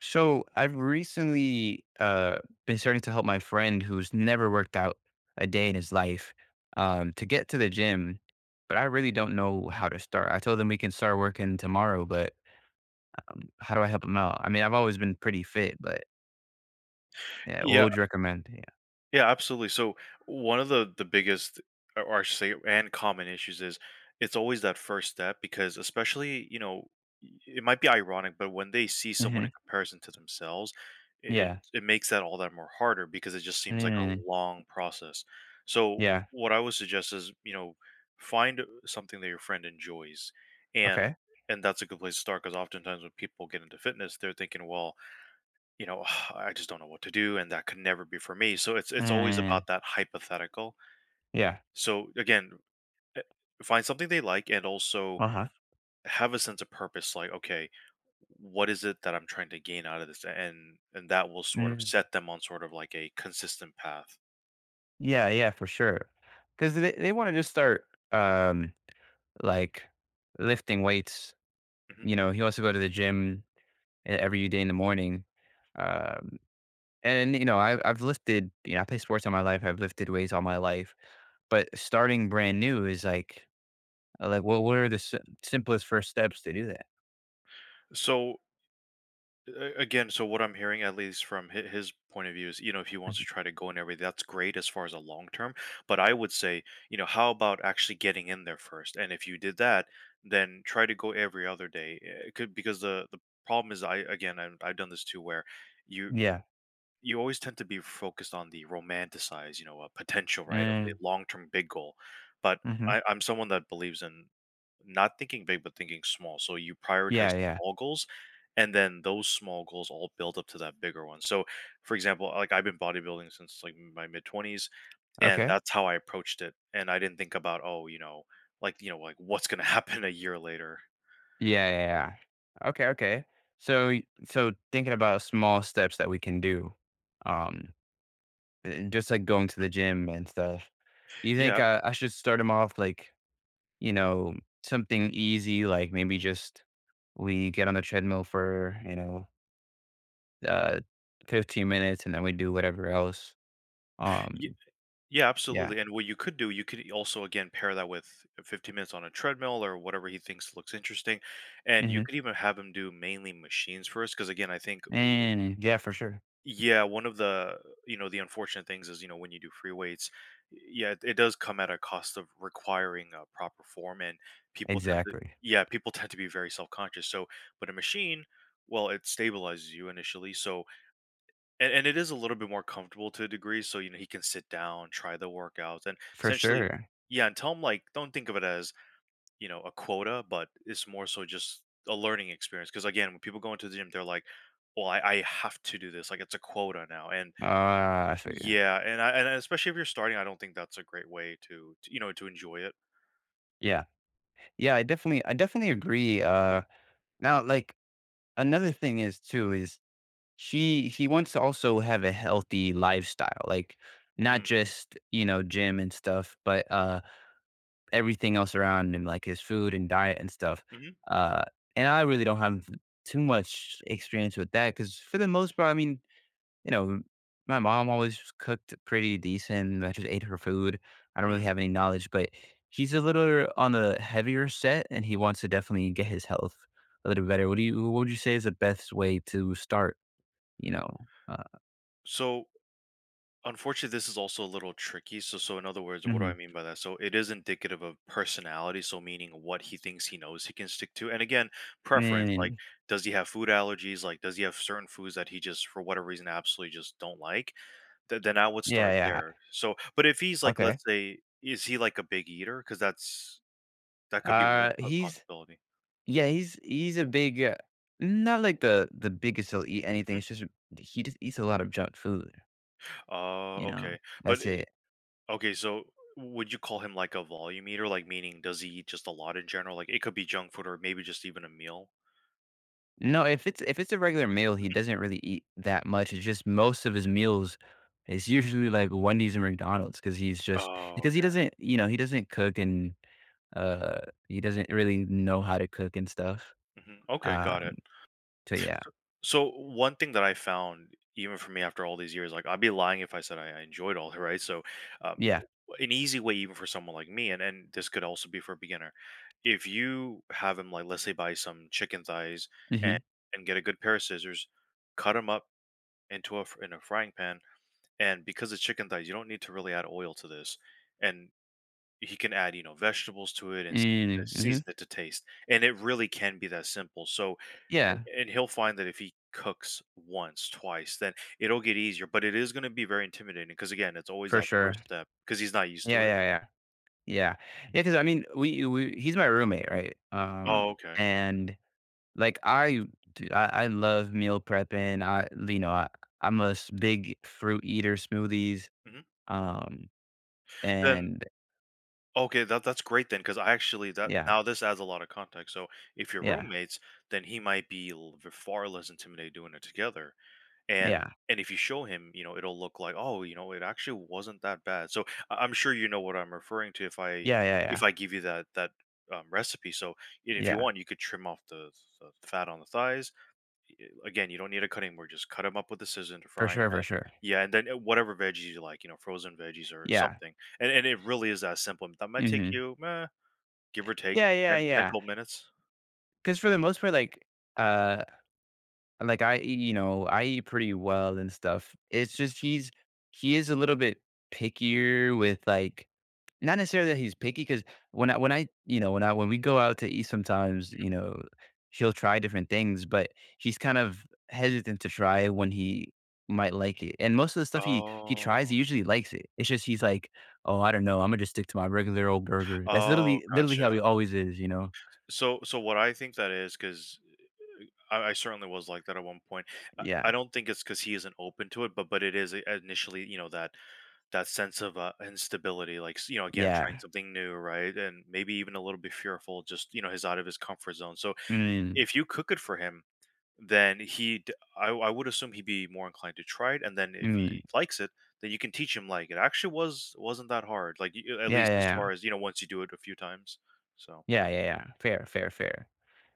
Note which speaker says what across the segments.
Speaker 1: So I've recently been starting to help my friend who's never worked out a day in his life to get to the gym, but I really don't know how to start. I told him we can start working tomorrow, but how do I help him out? I mean, I've always been pretty fit, but yeah, what
Speaker 2: Yeah,
Speaker 1: would you recommend? Yeah.
Speaker 2: yeah, absolutely. So one of the biggest, or I should say, and common issues is it's always that first step because especially it might be ironic, but when they see
Speaker 1: Hmm.
Speaker 2: someone in comparison to themselves, it
Speaker 1: Yeah.
Speaker 2: it makes that all that more harder because it just seems like a
Speaker 1: Mm,
Speaker 2: long process. So
Speaker 1: yeah.
Speaker 2: what I would suggest is find something that your friend enjoys, and
Speaker 1: Okay.
Speaker 2: that's a good place to start because oftentimes when people get into fitness, they're thinking, well you know, I just don't know what to do, and that could never be for me. So it's always
Speaker 1: Mm,
Speaker 2: about that hypothetical.
Speaker 1: yeah.
Speaker 2: So again, eh, find something they like and also
Speaker 1: Uh huh.
Speaker 2: have a sense of purpose. Like, okay, what is it that I'm trying to gain out of this? And that will sort of
Speaker 1: Mm,
Speaker 2: set them on sort of like a consistent path.
Speaker 1: yeah. Yeah. For sure. Because they want to just start um, like lifting weights,
Speaker 2: Mhm.
Speaker 1: he also go to the gym every day in the morning. Um, and I've lifted. You know, I play sports all my life. I've lifted weights all my life. But starting brand new is like, well, what are the simplest first steps to do that?
Speaker 2: So again, so what I'm hearing, at least from his point of view, is if he wants to
Speaker 1: Mhm.
Speaker 2: try to go and everything, that's great as far as a long term. But I would say, you know, how about actually getting in there first? And if you did that, then try to go every other day. It could because the problem is, I again, I, I've done this too, where you
Speaker 1: Yeah.
Speaker 2: you always tend to be focused on the romanticized, you know, potential, right, of a
Speaker 1: Mm,
Speaker 2: long-term big goal. But
Speaker 1: mm-hmm.
Speaker 2: I'm someone that believes in not thinking big, but thinking small. So you
Speaker 1: Yeah.
Speaker 2: prioritize
Speaker 1: Yeah.
Speaker 2: small goals, and then those small goals all build up to that bigger one. So, for example, like I've been bodybuilding since like my mid twenties, and
Speaker 1: Okay.
Speaker 2: that's how I approached it. And I didn't think about, oh, you know, like like what's gonna happen a year later.
Speaker 1: Yeah. Yeah. Yeah. Okay. Okay. So, y- so thinking about small steps that we can do, um, and just like going to the gym and stuff. You think
Speaker 2: Yeah,
Speaker 1: I should start them off like, you know, something easy, like maybe just we get on the treadmill for, uh, 15 minutes and then we do whatever else. Um,
Speaker 2: yeah,
Speaker 1: yeah.
Speaker 2: absolutely. And what you could do, you could also again pair that with 15 minutes on a treadmill or whatever he thinks looks interesting. And you
Speaker 1: Hmm.
Speaker 2: could even have him do mainly machines first because again, I think
Speaker 1: And yeah, for sure.
Speaker 2: yeah, one of the the unfortunate things is when you do free weights, yeah, it does come at a cost of requiring a proper form and people tend to
Speaker 1: Exactly.
Speaker 2: yeah, people tend to be very self-conscious. So, but a machine, well, it stabilizes you initially. So, and it is a little bit more comfortable to a degree, so, you know, he can sit down, try the workouts, and
Speaker 1: For
Speaker 2: essentially
Speaker 1: sure.
Speaker 2: yeah, and tell him, like, don't think of it as, you know, a quota, but it's more so just a learning experience. Because again, when people go into the gym, they're like, "Well, I have to do this, like, it's a quota now," and
Speaker 1: Ah, I feel.
Speaker 2: yeah, and especially if you're starting, I don't think that's a great way to you know, to enjoy it.
Speaker 1: Yeah. Yeah. I definitely agree. Now, like another thing is too, is she wants to also have a
Speaker 2: Mm-hmm.
Speaker 1: healthy lifestyle, like not
Speaker 2: Mm.
Speaker 1: just, gym and stuff, but, everything else around him, like his food and diet and stuff.
Speaker 2: Mhm.
Speaker 1: Uh, and I really don't have too much experience with that because for the most part, I mean, you know, my mom always cooked pretty decent. I just ate her food. I don't really
Speaker 2: Mm.
Speaker 1: have any knowledge, but he's a little on the heavier set, and he wants to definitely get his health a little better. What do you? What would you say is the best way to start? You know.
Speaker 2: So unfortunately, this is also a little tricky. So, so in other words, what do I
Speaker 1: Mhm.
Speaker 2: mean by that? So, it is indicative of personality. So, meaning what he thinks he knows he can stick to. And again, preference. Like,
Speaker 1: Mm,
Speaker 2: does he have food allergies? Like, does he have certain foods that he just, for whatever reason, absolutely just don't like? Then I would
Speaker 1: yeah.
Speaker 2: start
Speaker 1: Yeah.
Speaker 2: there. So, but if he's like,
Speaker 1: Okay.
Speaker 2: let's say, is he like a big eater? Because that's that could be one
Speaker 1: He's
Speaker 2: possibility.
Speaker 1: Yeah, he's a big, not like the biggest, he'll eat anything.
Speaker 2: Hmm?
Speaker 1: It's just he just eats a lot of junk food,
Speaker 2: Oh,
Speaker 1: you know?
Speaker 2: okay. But
Speaker 1: That's
Speaker 2: i-
Speaker 1: it.
Speaker 2: Okay, so would you call him like a volume eater? Like, meaning, does he eat just a lot in general? Like, it could be junk food or maybe just even a meal.
Speaker 1: No, if it's a regular meal, he
Speaker 2: Mhm.
Speaker 1: doesn't really eat that much, it's just most of his meals is usually, like, Wendy's and McDonald's because he's, just
Speaker 2: Oh,
Speaker 1: because he
Speaker 2: okay.
Speaker 1: doesn't you know, he doesn't cook and, uh, he doesn't really know how to cook and stuff,
Speaker 2: Hmm. Okay, got
Speaker 1: um,
Speaker 2: it.
Speaker 1: so yeah.
Speaker 2: So, so one thing that I found, even for me after all these years, like I'd be lying if I said I enjoyed all, right? So, um,
Speaker 1: Yeah.
Speaker 2: an easy way, even for someone like me, and this could also be for a beginner, if you have him like, let's say, buy some chicken thighs and
Speaker 1: Mhm.
Speaker 2: get a good pair of scissors, cut them up into in a frying pan. And because it's chicken thighs, you don't need to really add oil to this. And he can add, you know, vegetables to it and
Speaker 1: Mm, mhm.
Speaker 2: season it to taste. And it really can be that simple. So,
Speaker 1: Yeah,
Speaker 2: and he'll find that if he cooks once, twice, then it'll get easier. But it is going to be very intimidating because, again, it's always
Speaker 1: for
Speaker 2: that
Speaker 1: sure.
Speaker 2: first step because he's not used
Speaker 1: Yeah,
Speaker 2: to it.
Speaker 1: yeah, yeah. Yeah. Yeah, because I mean, we he's my roommate, right? Um,
Speaker 2: Oh, okay.
Speaker 1: and, like, I dude, I love meal prepping. I you know, I I'm a s big fruit eater, smoothies,
Speaker 2: Hmm.
Speaker 1: um,
Speaker 2: Then,
Speaker 1: and
Speaker 2: okay, that's great then because I actually, that
Speaker 1: yeah,
Speaker 2: now this adds a lot of context. So, if your
Speaker 1: yeah,
Speaker 2: roommates, then he might be far less intimidated doing it together and
Speaker 1: yeah.
Speaker 2: and if you show him you know it'll look like, oh, you know, it actually wasn't that bad. So I'm sure you know what I'm referring to if i
Speaker 1: Yeah, yeah,
Speaker 2: if
Speaker 1: yeah.
Speaker 2: i give you that recipe. So and if you
Speaker 1: Yeah.
Speaker 2: want you could trim off the fat on the thighs. Again, you don't need a cutting board, just cut them up with a scissors or
Speaker 1: For
Speaker 2: frying
Speaker 1: sure, for
Speaker 2: pan.
Speaker 1: sure.
Speaker 2: Yeah, and then whatever veggies you like, you know, frozen veggies or
Speaker 1: Yeah.
Speaker 2: something. And it really is that simple. That might take
Speaker 1: Mhm.
Speaker 2: you give or take
Speaker 1: Yeah, yeah,
Speaker 2: ten ten
Speaker 1: yeah.
Speaker 2: twelve minutes
Speaker 1: Because for the most part, uh, like, I eat pretty well and stuff. It's just he's, he is a little bit pickier with, like. Not necessarily that he's picky, because when I you know, when I when we go out to eat sometimes, she'll try different things, but she's kind of hesitant to try when he might like it, and most of the stuff he tries,
Speaker 2: oh
Speaker 1: he usually likes it. It's just he's like, "Oh, I don't know, Imma just stick to my regular old burger." That's
Speaker 2: oh,
Speaker 1: literally how
Speaker 2: gotcha.
Speaker 1: he always is, you know?
Speaker 2: So so what I think that is because I certainly was like that at one point. I
Speaker 1: Yeah.
Speaker 2: don't think it's because he isn't open to it, but it is initially, you know, that that sense of instability, like you know, again, trying
Speaker 1: Yeah.
Speaker 2: something new, right, and maybe even a little bit fearful, just you know, his out of his comfort zone. So
Speaker 1: Mm.
Speaker 2: if you cook it for him, then I would assume he'd be more inclined to try it, and then if
Speaker 1: Mm.
Speaker 2: he likes it, then you can teach him like it actually wasn't that hard, like at
Speaker 1: Yeah, yeah,
Speaker 2: least as
Speaker 1: yeah.
Speaker 2: far as you know, once you do it a few times. So,
Speaker 1: Yeah, yeah, yeah. Fair, fair, fair.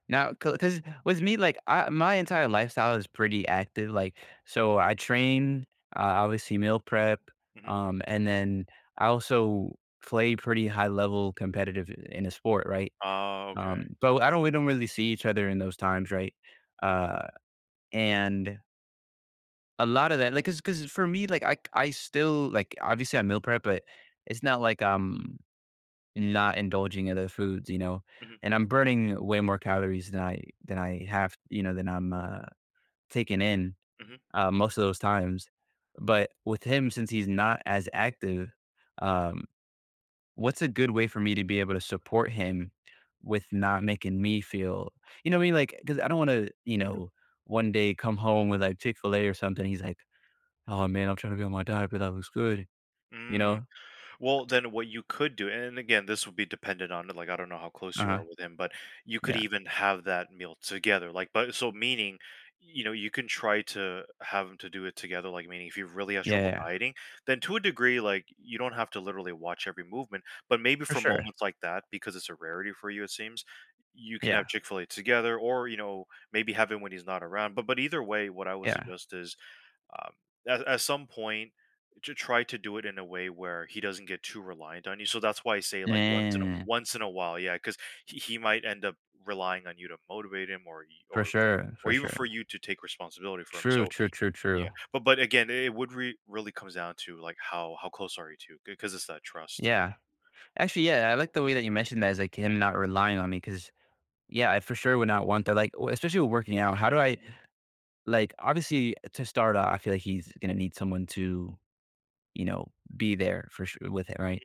Speaker 1: Now, because with me, like my entire lifestyle is pretty active. Like, so I train, obviously meal prep,
Speaker 2: mm-hmm.
Speaker 1: and then I also play pretty high level competitive in a sport, right?
Speaker 2: Uh, okay.
Speaker 1: But I don't, we don't really see each other in those times, right? Uh, and a lot of that, like, because for me, like I still like, obviously I meal prep, but it's not like not indulging other foods,
Speaker 2: Hmm.
Speaker 1: and I'm burning way more calories than I have, than I'm taking in
Speaker 2: Hmm.
Speaker 1: most of those times. But with him, since he's not as active, um, what's a good way for me to be able to support him with not making me feel, you know what I mean, like, because I don't want to, one day come home with like Chick Fil A or something. He's like, "Oh man, I'm trying to be on my diet, but that looks good." you
Speaker 2: Mm.
Speaker 1: know.
Speaker 2: Well, then what you could do, and again, this would be dependent on, like, I don't know how close
Speaker 1: Uh
Speaker 2: you
Speaker 1: huh.
Speaker 2: are with him, but you could
Speaker 1: Yeah.
Speaker 2: even have that meal together. Like but so meaning, you know, you can try to have him to do it together, like meaning if he really has
Speaker 1: Yeah.
Speaker 2: trouble
Speaker 1: Yeah.
Speaker 2: dieting, then to a degree, like you don't have to literally watch every movement, but maybe
Speaker 1: For
Speaker 2: for
Speaker 1: sure.
Speaker 2: moments like that, because it's a rarity for you, it seems, you can have
Speaker 1: Yeah.
Speaker 2: Chick-fil-A together or, you know, maybe have him when he's not around. But either way, what I would
Speaker 1: Yeah.
Speaker 2: suggest is um, at some point to try to do it in a way where he doesn't get too reliant on you. So that's why I say like
Speaker 1: Mm,
Speaker 2: once in a while. Yeah, because he might end up relying on you to motivate him or
Speaker 1: for sure, for
Speaker 2: or even for
Speaker 1: sure.
Speaker 2: you to take responsibility for him.
Speaker 1: True,
Speaker 2: So
Speaker 1: true, true,
Speaker 2: yeah,
Speaker 1: true.
Speaker 2: but again it would really comes down to like how close are you to because it's that trust.
Speaker 1: Yeah. Actually, yeah, I like the way that you mentioned that, as like him not relying on me, because yeah, I for sure would not want that. Like, especially with working out, how do I like? Obviously, to start out, I feel like he's gonna need someone to, you know be there for sure with him, right?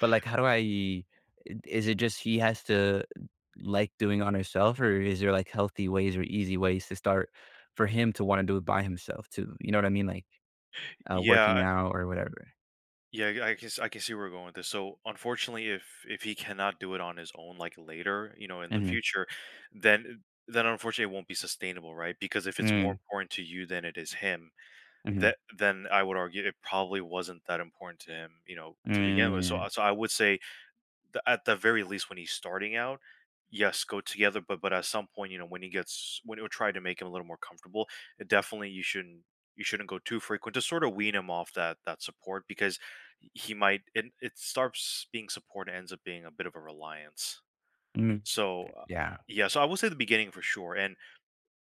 Speaker 1: But like, how do I? Is it just he has to, like, doing on herself, or is there like healthy ways or easy ways to start for him to want to do it by himself too? You know what I mean? Like working
Speaker 2: Yeah.
Speaker 1: out or whatever.
Speaker 2: I can see where we're going with this. So unfortunately, if he cannot do it on his own, like later, you know, in the
Speaker 1: Mhm.
Speaker 2: future, then then unfortunately it won't be sustainable, right? Because if it's more
Speaker 1: Mm,
Speaker 2: important to you than it is him,
Speaker 1: mhm,
Speaker 2: that then I would argue it probably wasn't that important to him, you know, to begin with. So
Speaker 1: mm,
Speaker 2: so I would say at the very least when he's starting out, yes, go together, but at some point, you know, when he gets when he'll try to make him a little more comfortable, it definitely you shouldn't go too frequent to sort of wean him off that that support, because he might it starts being support and ends up being a bit of a reliance.
Speaker 1: mm,
Speaker 2: So
Speaker 1: yeah,
Speaker 2: yeah, so I would say the beginning for sure,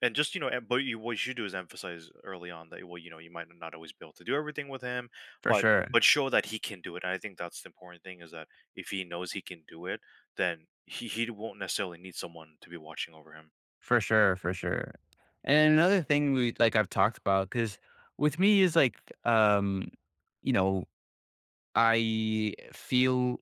Speaker 2: and just you know but you, what you should do is emphasize early on that, well, you know, you might not always be able to do everything with him,
Speaker 1: for
Speaker 2: but
Speaker 1: sure,
Speaker 2: but show that he can do it. And I think that's the important thing is that if he knows he can do it, then he won't necessarily need someone to be watching over him.
Speaker 1: for sure, for sure. And another thing, we like I've talked about because with me is like, you know, I feel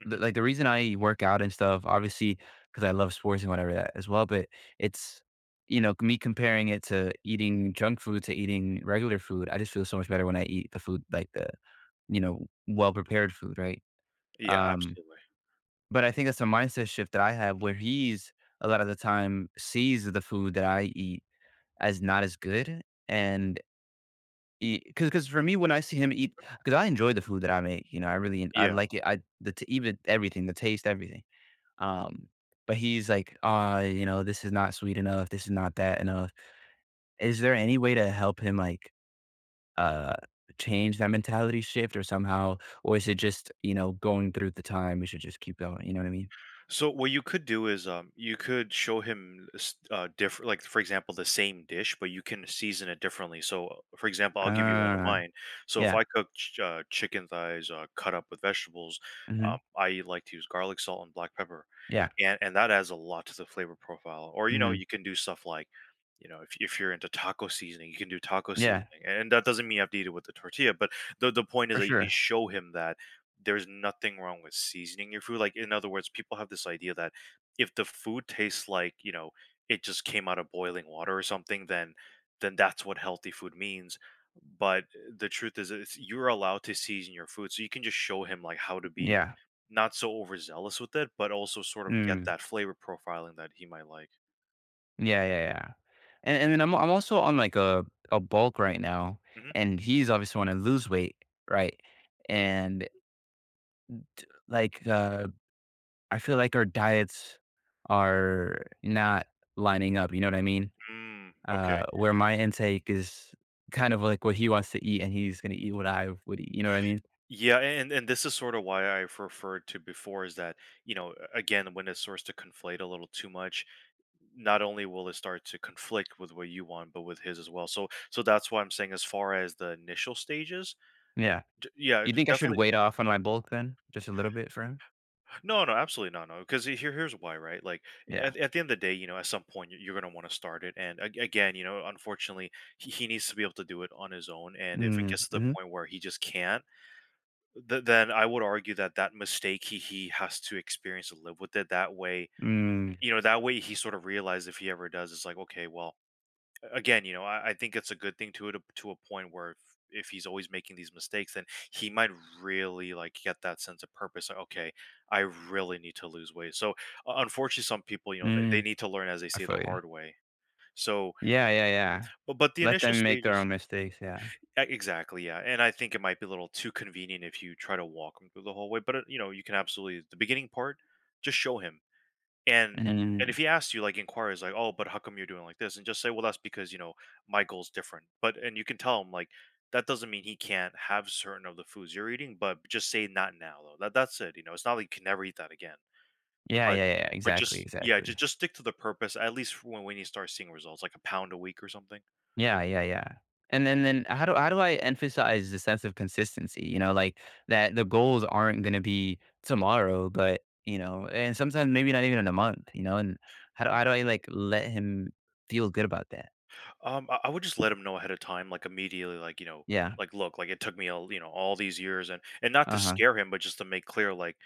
Speaker 2: Hmm.
Speaker 1: that, like, the reason I work out and stuff, obviously because I love sports and whatever that as well, but it's, me comparing it to eating junk food to eating regular food, I just feel so much better when I eat the food, like the, well prepared food, right?
Speaker 2: Yeah,
Speaker 1: Um,
Speaker 2: absolutely.
Speaker 1: But I think that's a mindset shift that I have, where he's a lot of the time sees the food that I eat as not as good. And because for me, when I see him eat, because I enjoy the food that I make, I
Speaker 2: Yeah.
Speaker 1: like it. Even everything, the taste, everything. Um, but he's like, "Ah, you know, this is not sweet enough. This is not that enough." Is there any way to help him like uh change that mentality shift or somehow, or is it just, going through the time? We should just keep going. You know what I mean?
Speaker 2: So what you could do is you could show him different, like for example, the same dish but you can season it differently. So for example I'll give you one of
Speaker 1: Uh
Speaker 2: mine. So if
Speaker 1: yeah.
Speaker 2: I cook chicken thighs cut up with vegetables,
Speaker 1: Mhm.
Speaker 2: I like to use garlic salt and black pepper.
Speaker 1: Yeah.
Speaker 2: And that adds a lot to the flavor profile. Or, you know,
Speaker 1: Mhm.
Speaker 2: you can do stuff like, if you're into taco seasoning, you can do taco
Speaker 1: Yeah,
Speaker 2: seasoning. And that doesn't mean you have to eat it with the tortilla, but the point is
Speaker 1: for
Speaker 2: that you can
Speaker 1: sure.
Speaker 2: show him that there's nothing wrong with seasoning your food. Like in other words, people have this idea that if the food tastes like, it just came out of boiling water or something, then that's what healthy food means. But the truth is, you're allowed to season your food, so you can just show him like how to be
Speaker 1: Yeah.
Speaker 2: not so overzealous with it, but also sort of get
Speaker 1: Mm.
Speaker 2: that flavor profiling that he might like.
Speaker 1: Yeah, yeah, yeah. And then I'm also on, like, a bulk right now,
Speaker 2: Mhm.
Speaker 1: and he's obviously wanna lose weight, right? And, like, I feel like our diets are not lining up, you know what I mean?
Speaker 2: Mm,
Speaker 1: Uh,
Speaker 2: okay.
Speaker 1: where my intake is kind of like what he wants to eat, and he's gonna eat what I would eat, you know what I mean?
Speaker 2: Yeah, and this is sort of why I've referred to before is that, you know, again, when it starts to conflate a little too much, not only will it start to conflict with what you want, but with his as well. So that's why I'm saying as far as the initial stages,
Speaker 1: Yeah.
Speaker 2: yeah,
Speaker 1: You think I should
Speaker 2: definitely.
Speaker 1: weight off on my bulk then? Just a little bit for him?
Speaker 2: No, no, absolutely not. No, because here, here's why, right? Like
Speaker 1: Yeah.
Speaker 2: at the end of the day, you know, at some point you're going to want to start it. And again, you know, unfortunately, he needs to be able to do it on his own. And if it
Speaker 1: Mm-hmm.
Speaker 2: gets to the
Speaker 1: Mm.
Speaker 2: point where he just can't, then I would argue that that mistake he has to experience and live with it. That way,
Speaker 1: Mhm. Mm.
Speaker 2: you know, that way he sort of realizes if he ever does, it's like, okay, well, again, you know, I think it's a good thing to it to a point where if he's always making these mistakes, then he might really like get that sense of purpose. Like, okay, I really need to lose weight. So unfortunately, some people, you know, they
Speaker 1: Mm,
Speaker 2: need to learn as they
Speaker 1: I
Speaker 2: say the
Speaker 1: feel you.
Speaker 2: hard way. So,
Speaker 1: Yeah, yeah, yeah.
Speaker 2: but the
Speaker 1: Let
Speaker 2: initial
Speaker 1: them make their
Speaker 2: stages,
Speaker 1: own mistakes, yeah.
Speaker 2: exactly, yeah. And I think it might be a little too convenient if you try to walk him through the whole way. But you know, you can absolutely the beginning part, just show him. And and
Speaker 1: Mm,
Speaker 2: if he asks you, like, inquires, like, "Oh, but how come you're doing like this?" And just say, "Well, that's because, you know, my goal's different." But and you can tell him, like, that doesn't mean he can't have certain of the foods you're eating, but just say, "Not now, though." That that's it, you know? It's not like you can never eat that again.
Speaker 1: yeah,
Speaker 2: But
Speaker 1: yeah, yeah,
Speaker 2: but
Speaker 1: exactly,
Speaker 2: just yeah,
Speaker 1: exactly.
Speaker 2: just stick to the purpose, at least when you start seeing results, like a pound a week or something.
Speaker 1: Yeah, yeah, yeah. And then how do I emphasize the sense of consistency, like that the goals aren't gonna be tomorrow, but, and sometimes maybe not even in a month, and how do
Speaker 2: Mhm.
Speaker 1: how do I, like, let him feel good about that?
Speaker 2: I would just let him know ahead of time, like, immediately, like, you know,
Speaker 1: Yeah.
Speaker 2: like, "Look, like, it took me all, you know, all these years," and not to
Speaker 1: Uh-huh.
Speaker 2: scare him, but just to make clear, like,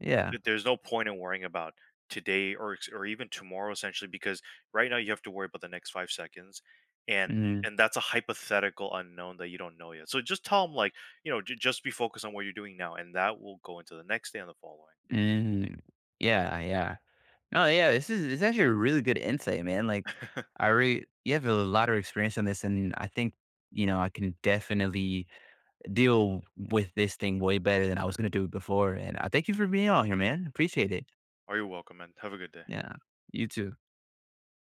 Speaker 1: Yeah.
Speaker 2: there's no point in worrying about today or or even tomorrow essentially because right now you have to worry about the next 5 seconds and
Speaker 1: Mm,
Speaker 2: and that's a hypothetical unknown that you don't know yet. So just tell them like, you know, just be focused on what you're doing now and that will go into the next day and the following.
Speaker 1: mm, yeah, yeah. Oh yeah, this is, it's actually a really good insight, man. Like, I really you have a lot of experience on this, and I think, I can definitely deal with this thing way better than I was gonna do it before. And I thank you for being on here, man. Appreciate it.
Speaker 2: Are you welcome and have a good day.
Speaker 1: Yeah. You too.